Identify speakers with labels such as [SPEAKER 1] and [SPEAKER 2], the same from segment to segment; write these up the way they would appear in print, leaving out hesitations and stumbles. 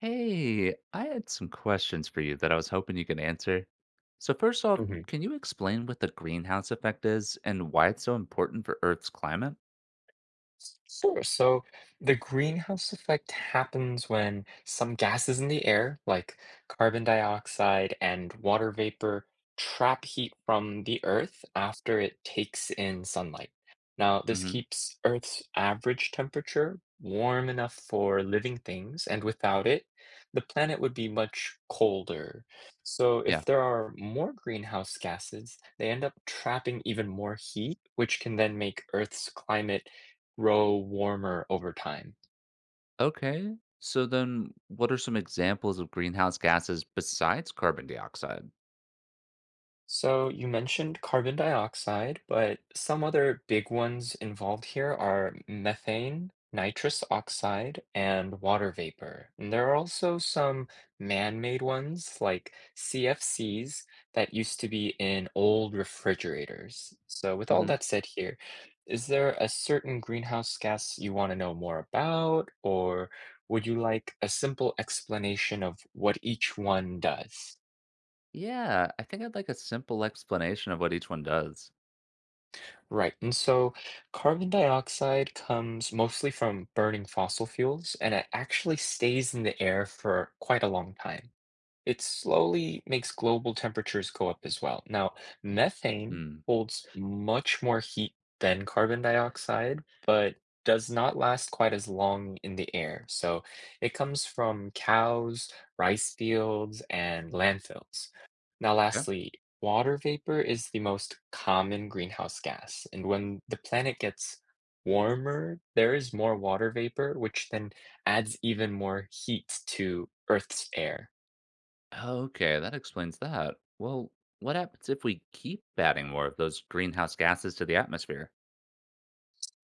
[SPEAKER 1] Hey, I had some questions for you that I was hoping you could answer. So, first off,
[SPEAKER 2] hmm
[SPEAKER 1] can you explain what the greenhouse effect is and why it's so important for Earth's climate?
[SPEAKER 2] Sure. So the greenhouse effect happens when some gases in the air, like carbon dioxide and water vapor, trap heat from the Earth after it takes in sunlight. Now, this
[SPEAKER 1] Hmm.
[SPEAKER 2] keeps Earth's average temperature warm enough for living things, and without it, the planet would be much colder. So, if
[SPEAKER 1] Yeah.
[SPEAKER 2] there are more greenhouse gases, they end up trapping even more heat, which can then make Earth's climate grow warmer over time.
[SPEAKER 1] Okay. So then what are some examples of greenhouse gases besides carbon dioxide?
[SPEAKER 2] So you mentioned carbon dioxide, but some other big ones involved here are methane, nitrous oxide, and water vapor. And there are also some man-made ones like CFCs that used to be in old refrigerators. So with all
[SPEAKER 1] Hmm.
[SPEAKER 2] that said here, is there a certain greenhouse gas you want to know more about, or would you like a simple explanation of what each one does?
[SPEAKER 1] Yeah, I think I'd like a simple explanation of what each one does.
[SPEAKER 2] Right. And so carbon dioxide comes mostly from burning fossil fuels, and it actually stays in the air for quite a long time. It slowly makes global temperatures go up as well. Now, methane
[SPEAKER 1] Mm.
[SPEAKER 2] holds much more heat than carbon dioxide, but does not last quite as long in the air. So it comes from cows, rice fields, and landfills. Now,
[SPEAKER 1] Okay.
[SPEAKER 2] lastly, water vapor is the most common greenhouse gas. And when the planet gets warmer, there is more water vapor, which then adds even more heat to Earth's air.
[SPEAKER 1] Okay, that explains that. Well, what happens if we keep adding more of those greenhouse gases to the atmosphere?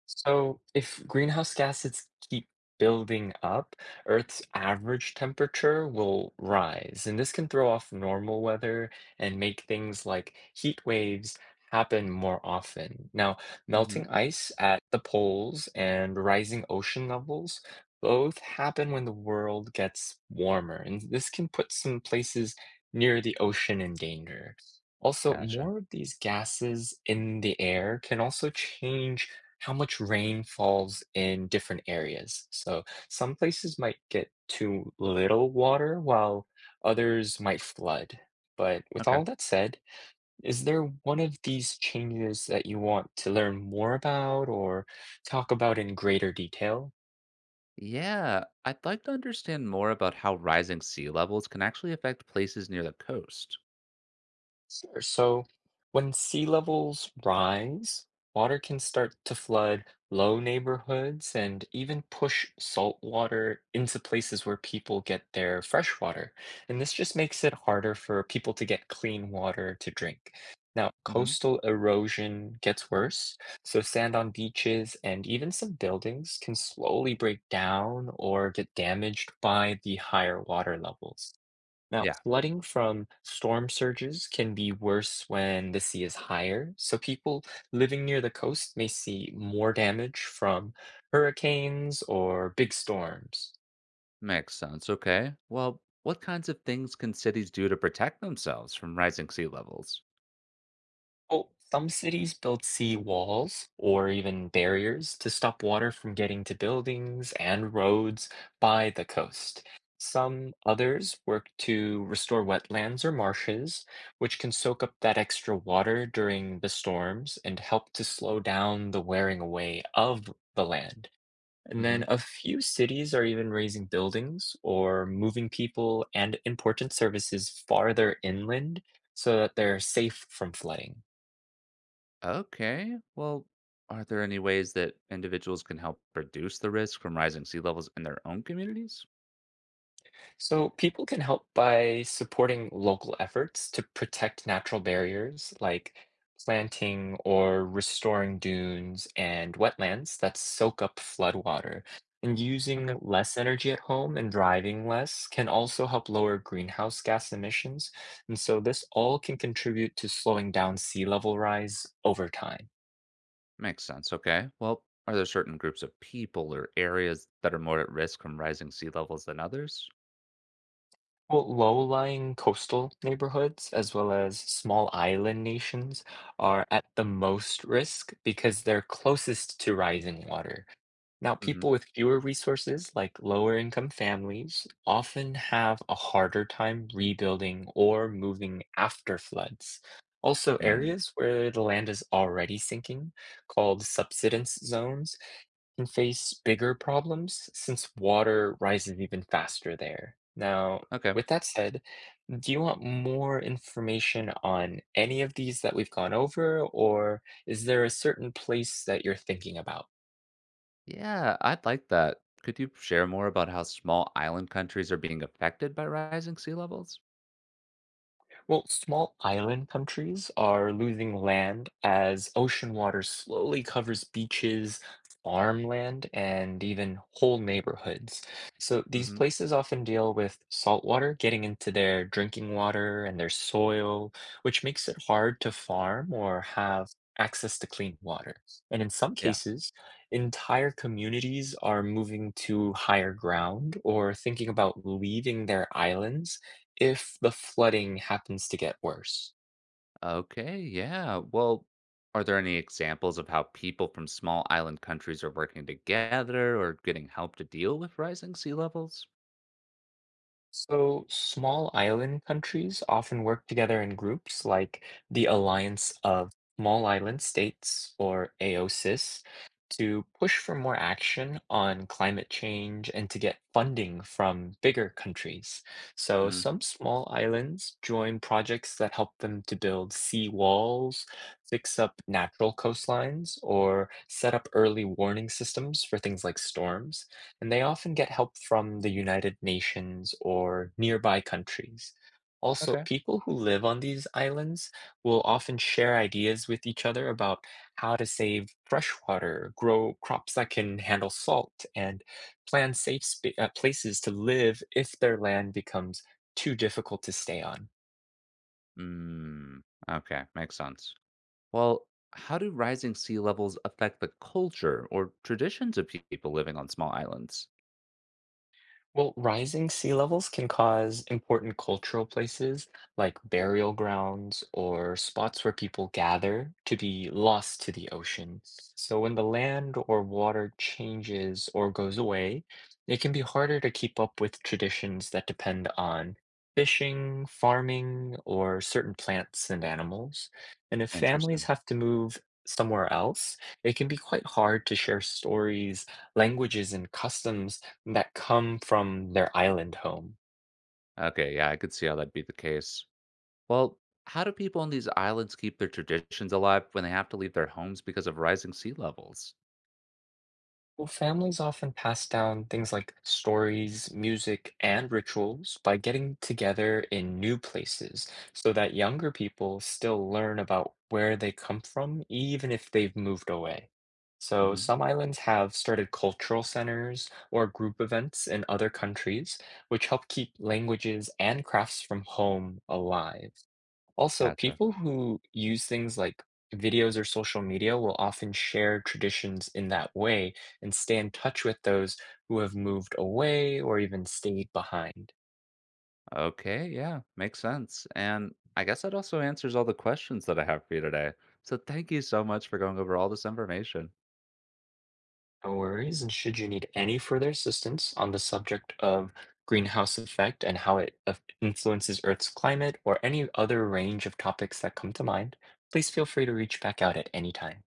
[SPEAKER 2] So, if greenhouse gases keep building up, Earth's average temperature will rise, and this can throw off normal weather and make things like heat waves happen more often. Now,
[SPEAKER 1] Hmm.
[SPEAKER 2] melting ice at the poles and rising ocean levels both happen when the world gets warmer, and this can put some places near the ocean in danger. Also,
[SPEAKER 1] Gotcha.
[SPEAKER 2] more of these gases in the air can also change how much rain falls in different areas. So some places might get too little water while others might flood. But with
[SPEAKER 1] Okay.
[SPEAKER 2] all that said, is there one of these changes that you want to learn more about or talk about in greater detail?
[SPEAKER 1] Yeah, I'd like to understand more about how rising sea levels can actually affect places near the coast.
[SPEAKER 2] Sure. So when sea levels rise, water can start to flood low neighborhoods and even push salt water into places where people get their fresh water. And this just makes it harder for people to get clean water to drink. Now,
[SPEAKER 1] Hmm.
[SPEAKER 2] coastal erosion gets worse, so sand on beaches and even some buildings can slowly break down or get damaged by the higher water levels. Now,
[SPEAKER 1] Yeah,
[SPEAKER 2] flooding from storm surges can be worse when the sea is higher, so people living near the coast may see more damage from hurricanes or big storms.
[SPEAKER 1] makes sense. Okay. Well, what kinds of things can cities do to protect themselves from rising sea levels?
[SPEAKER 2] Well, some cities build sea walls or even barriers to stop water from getting to buildings and roads by the coast. Some others work to restore wetlands or marshes, which can soak up that extra water during the storms and help to slow down the wearing away of the land. And
[SPEAKER 1] Hmm.
[SPEAKER 2] then a few cities are even raising buildings or moving people and important services farther inland so that they're safe from flooding.
[SPEAKER 1] Okay. Well, are there any ways that individuals can help reduce the risk from rising sea levels in their own communities?
[SPEAKER 2] So people can help by supporting local efforts to protect natural barriers like planting or restoring dunes and wetlands that soak up floodwater. And using
[SPEAKER 1] Okay,
[SPEAKER 2] less energy at home and driving less can also help lower greenhouse gas emissions. And so this all can contribute to slowing down sea level rise over time.
[SPEAKER 1] makes sense. Okay. Well, are there certain groups of people or areas that are more at risk from rising sea levels than others?
[SPEAKER 2] Well, low-lying coastal neighborhoods, as well as small island nations, are at the most risk because they're closest to rising water. Now, people
[SPEAKER 1] Hmm.
[SPEAKER 2] with fewer resources, like lower-income families, often have a harder time rebuilding or moving after floods. Also,
[SPEAKER 1] Mm.
[SPEAKER 2] areas where the land is already sinking, called subsidence zones, can face bigger problems since water rises even faster there. Now,
[SPEAKER 1] Okay.
[SPEAKER 2] with that said, do you want more information on any of these that we've gone over, or is there a certain place that you're thinking about?
[SPEAKER 1] Yeah, I'd like that. Could you share more about how small island countries are being affected by rising sea levels?
[SPEAKER 2] Well, small island countries are losing land as ocean water slowly covers beaches, farmland, and even whole neighborhoods. So these
[SPEAKER 1] Hmm.
[SPEAKER 2] places often deal with salt water getting into their drinking water and their soil, which makes it hard to farm or have access to clean water. And in some
[SPEAKER 1] Yeah.
[SPEAKER 2] cases, entire communities are moving to higher ground or thinking about leaving their islands if the flooding happens to get worse.
[SPEAKER 1] Okay. Yeah. Well, are there any examples of how people from small island countries are working together or getting help to deal with rising sea levels?
[SPEAKER 2] So, small island countries often work together in groups like the Alliance of Small Island States, or AOSIS, to push for more action on climate change and to get funding from bigger countries. So,
[SPEAKER 1] Hmm.
[SPEAKER 2] some small islands join projects that help them to build sea walls, fix up natural coastlines, or set up early warning systems for things like storms, and they often get help from the United Nations or nearby countries. Also,
[SPEAKER 1] Okay.
[SPEAKER 2] people who live on these islands will often share ideas with each other about how to save fresh water, grow crops that can handle salt, and plan safe places to live if their land becomes too difficult to stay on.
[SPEAKER 1] Mm, okay. Makes sense. Well, how do rising sea levels affect the culture or traditions of people living on small islands?
[SPEAKER 2] Well, rising sea levels can cause important cultural places like burial grounds or spots where people gather to be lost to the ocean. So when the land or water changes or goes away, it can be harder to keep up with traditions that depend on fishing, farming, or certain plants and animals. And if families
[SPEAKER 1] Interesting.
[SPEAKER 2] have to move somewhere else, it can be quite hard to share stories, languages, and customs that come from their island home.
[SPEAKER 1] Okay. Yeah, I could see how that'd be the case. Well, how do people on these islands keep their traditions alive when they have to leave their homes because of rising sea levels?
[SPEAKER 2] Well, families often pass down things like stories, music, and rituals by getting together in new places so that younger people still learn about where they come from, even if they've moved away. So,
[SPEAKER 1] Hmm.
[SPEAKER 2] some islands have started cultural centers or group events in other countries, which help keep languages and crafts from home alive. Also,
[SPEAKER 1] Gotcha.
[SPEAKER 2] people who use things like videos or social media will often share traditions in that way and stay in touch with those who have moved away or even stayed behind.
[SPEAKER 1] Okay, yeah, makes sense. And I guess that also answers all the questions that I have for you today. So thank you so much for going over all this information.
[SPEAKER 2] No worries. And should you need any further assistance on the subject of greenhouse effect and how it influences Earth's climate or any other range of topics that come to mind, please feel free to reach back out at any time.